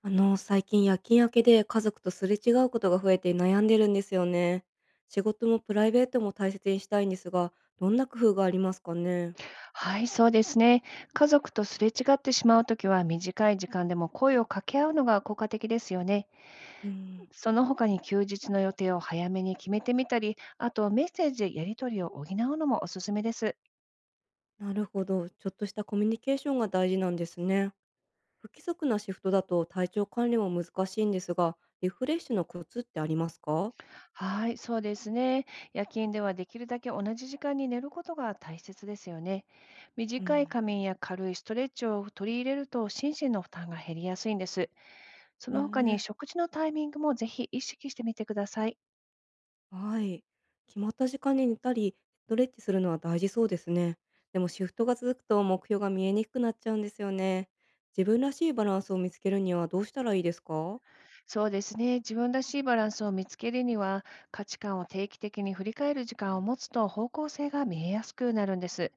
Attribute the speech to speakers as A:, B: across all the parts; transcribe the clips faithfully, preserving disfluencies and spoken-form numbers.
A: あの、最近夜勤明けで家族とすれ違うことが増えて悩んでるんですよね。仕事もプライベートも大切にしたいんですが、どんな工夫がありますかね。
B: はい、そうですね。家族とすれ違ってしまうときは、短い時間でも声を掛け合うのが効果的ですよね。
A: うん、
B: その他に休日の予定を早めに決めてみたり、あとメッセージでやり取りを補うのもおすすめです。
A: なるほど。ちょっとしたコミュニケーションが大事なんですね。不規則なシフトだと体調管理も難しいんですが、リフレッシュのコツってありますか？
B: はい、そうですね。夜勤ではできるだけ同じ時間に寝ることが大切ですよね。
A: う
B: 短い
A: ん。
B: 仮眠や軽いストレッチを取り入れると心身の負担が減りやすいんです。そ
A: へ
B: の他に
A: え、
B: 食事のタイミングもぜひ意識してみてください。
A: はい。決まった時間に寝たり、ストレッチするのは大事そうですね。でもシフトが続くと目標が見えにくくなっちゃうんですよね。自分らしいバランスを見つけるにはどうしたらいいですか？
B: そうですね。自分らしいバランスを見つけるには、価値観を定期的に振り返る時間を持つと方向性が見えやすくなるんです。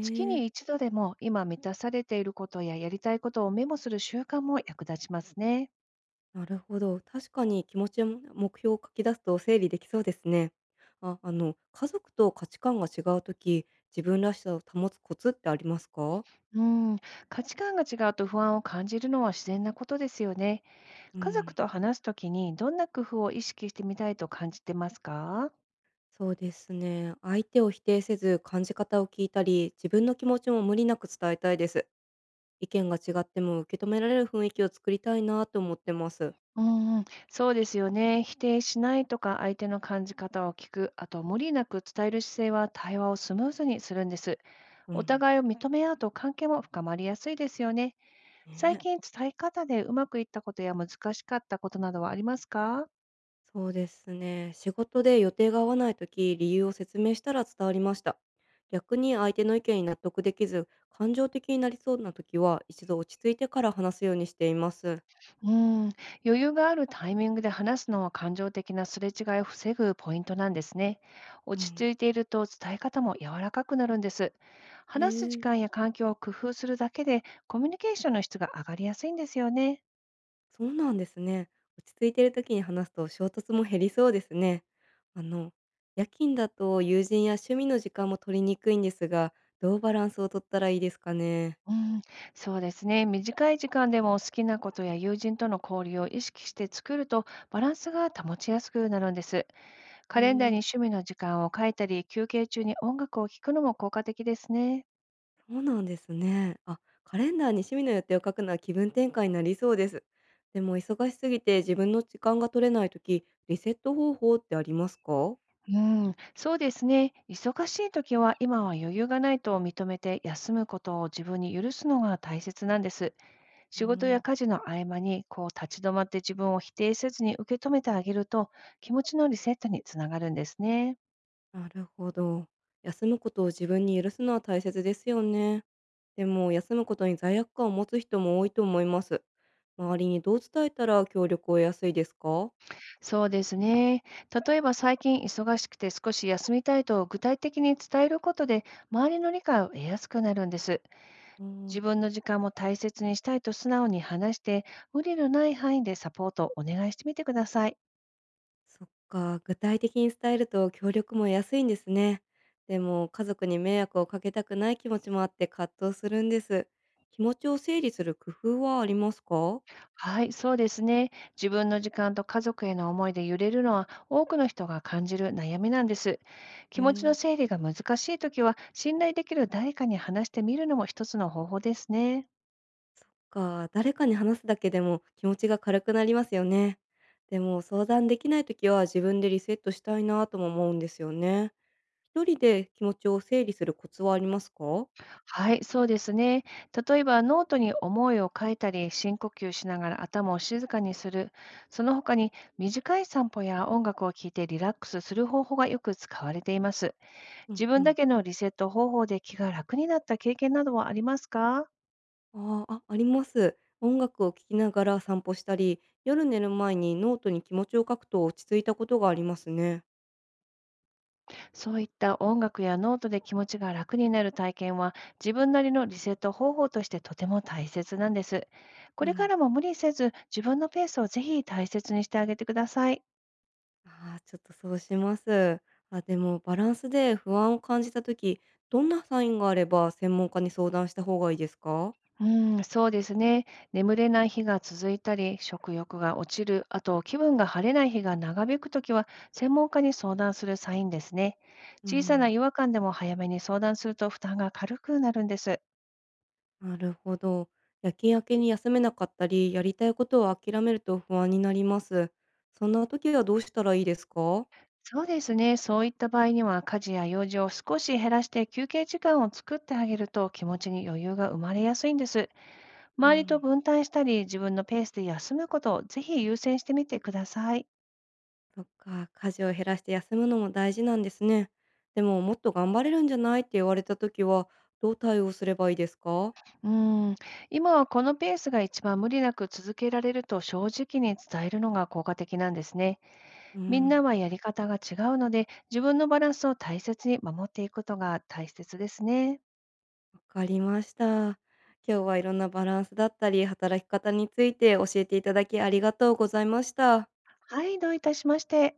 B: 月
A: え、
B: に一度でも今満たされていることややりたいことをメモする習慣も役立ちますね。
A: なるほど。確かに気持ちや目標を書き出すと整理できそうですね。あ、あの、家族と価値観が違うとき、自分らしさを保つコツってありますか？
B: うん、価値観が違うと不安を感じるのは自然なことですよね。
A: う
B: 家族
A: ん、
B: と話すときにどんな工夫を意識してみたいと感じてますか？
A: そうですね。相手を否定せず感じ方を聞いたり、自分の気持ちも無理なく伝えたいです。意見が違っても受け止められる雰囲気を作りたいなと思ってます。
B: うんうん、そうですよね。否定しないとか、相手の感じ方を聞く、あと無理なく伝える姿勢は対話をスムーズにするんです。
A: う
B: お
A: ん。
B: 互いを認め合うと関係も深まりやすいですよね。最
A: ね。
B: 近伝え方でうまくいったことや難しかったことなどはありますか？
A: そうですね。仕事で予定が合わないとき、理由を説明したら伝わりました。逆に相手の意見に納得できず、感情的になりそうなときは、一度落ち着いてから話すようにしています。
B: うん、余裕があるタイミングで話すのは感情的なすれ違いを防ぐポイントなんですね。
A: う
B: 落ち
A: ん。
B: 着いていると伝え方も柔らかくなるんです。話す時
A: ね、え、
B: 間や環境を工夫するだけでコミュニケーションの質が上がりやすいんですよね。
A: そうなんですね。落ち着いてるときに話すと衝突も減りそうですね。あの、夜勤だと友人や趣味の時間も取りにくいんですが、どうバランスを取ったらいいですかね。
B: うん、そうですね。短い時間でも好きなことや友人との交流を意識して作るとバランスが保ちやすくなるんです。
A: へ
B: カレンダーに
A: え、
B: 趣味の時間を書いたり、休憩中に音楽を聴くのも効果的ですね。
A: そうなんですね。あ、カレンダーに趣味の予定を書くのは気分転換になりそうです。でも忙しすぎて自分の時間が取れないとき、リセット方法ってありますか？
B: うん、そうですね。忙しい時は、今は余裕がないと認めて休むことを自分に許すのが大切なんです。
A: うー
B: 仕事や
A: ん、
B: 家事の合間にこう立ち止まって、自分を否定せずに受け止めてあげると気持ちのリセットにつながるんですね。
A: なるほど。休むことを自分に許すのは大切ですよね。でも休むことに罪悪感を持つ人も多いと思います。周りにどう伝えたら協力を得やすいですか？
B: そうですね。例えば、最近忙しくて少し休みたいと具体的に伝えることで、周りの理解を得やすくなるんです。
A: うーん。
B: 自分の時間も大切にしたいと素直に話して、無理のない範囲でサポートをお願いしてみてください。
A: そっか、具体的に伝えると協力も安いんですね。でも家族に迷惑をかけたくない気持ちもあって葛藤するんです。気持ちを整理する工夫はありますか？
B: はい、そうですね。自分の時間と家族への思いで揺れるのは多くの人が感じる悩みなんです。気持ちの
A: ね
B: 整理が難しいときは、信頼できる誰かに話してみるのも一つの方法ですね。
A: か誰かに話すだけでも気持ちが軽くなりますよね。でも相談できない時は自分でリセットしたいなとも思うんですよね。一人で気持ちを整理するコツはありますか？
B: はい、そうですね。例えば、ノートに思いを書いたり、深呼吸しながら頭を静かにする。その他に短い散歩や音楽を聴いてリラックスする方法がよく使われています。
A: う
B: 自
A: んう
B: 分だ
A: ん。
B: けのリセット方法で気が楽になった経験などはありますか？
A: ああ、あ、あります。音楽を聴きながら散歩したり、夜寝る前にノートに気持ちを書くと落ち着いたことがありますね。
B: そういった音楽やノートで気持ちが楽になる体験は、自分なりのリセット方法としてとても大切なんです。こ
A: う
B: れか
A: ん。
B: らも無理せず、自分のペースをぜひ大切にしてあげてください。
A: ああ、ちょっとそうします。あ、でもバランスで不安を感じたとき、どんなサインがあれば専門家に相談した方がいいですか？
B: うん、そうですね。眠れない日が続いたり、食欲が落ちる、あと気分が晴れない日が長引くときは、専門家に相談するサインですね。
A: う
B: 小さ
A: ん、
B: な違和感でも早めに相談すると負担が軽くなるんです。
A: なるほど。夜勤明けに休めなかったり、やりたいことを諦めると不安になります。そんな時はどうしたらいいですか？
B: そうですね。そういった場合には、家事や用事を少し減らして休憩時間を作ってあげると気持ちに余裕が生まれやすいんです。
A: う
B: 周りと
A: ん。
B: 分担したり、自分のペースで休むことをぜひ優先してみてください。
A: そっか、家事を減らして休むのも大事なんですね。でも、もっと頑張れるんじゃないって言われた時は、どう対応すればいいですか？
B: うん、今はこのペースが一番無理なく続けられると正直に伝えるのが効果的なんですね。
A: う
B: みんな
A: ん、
B: はやり方が違うので、自分のバランスを大切に守っていくことが大切ですね。
A: わかりました。今日はいろんなバランスだったり、働き方について教えていただきありがとうございました。
B: はい、どういたしまして。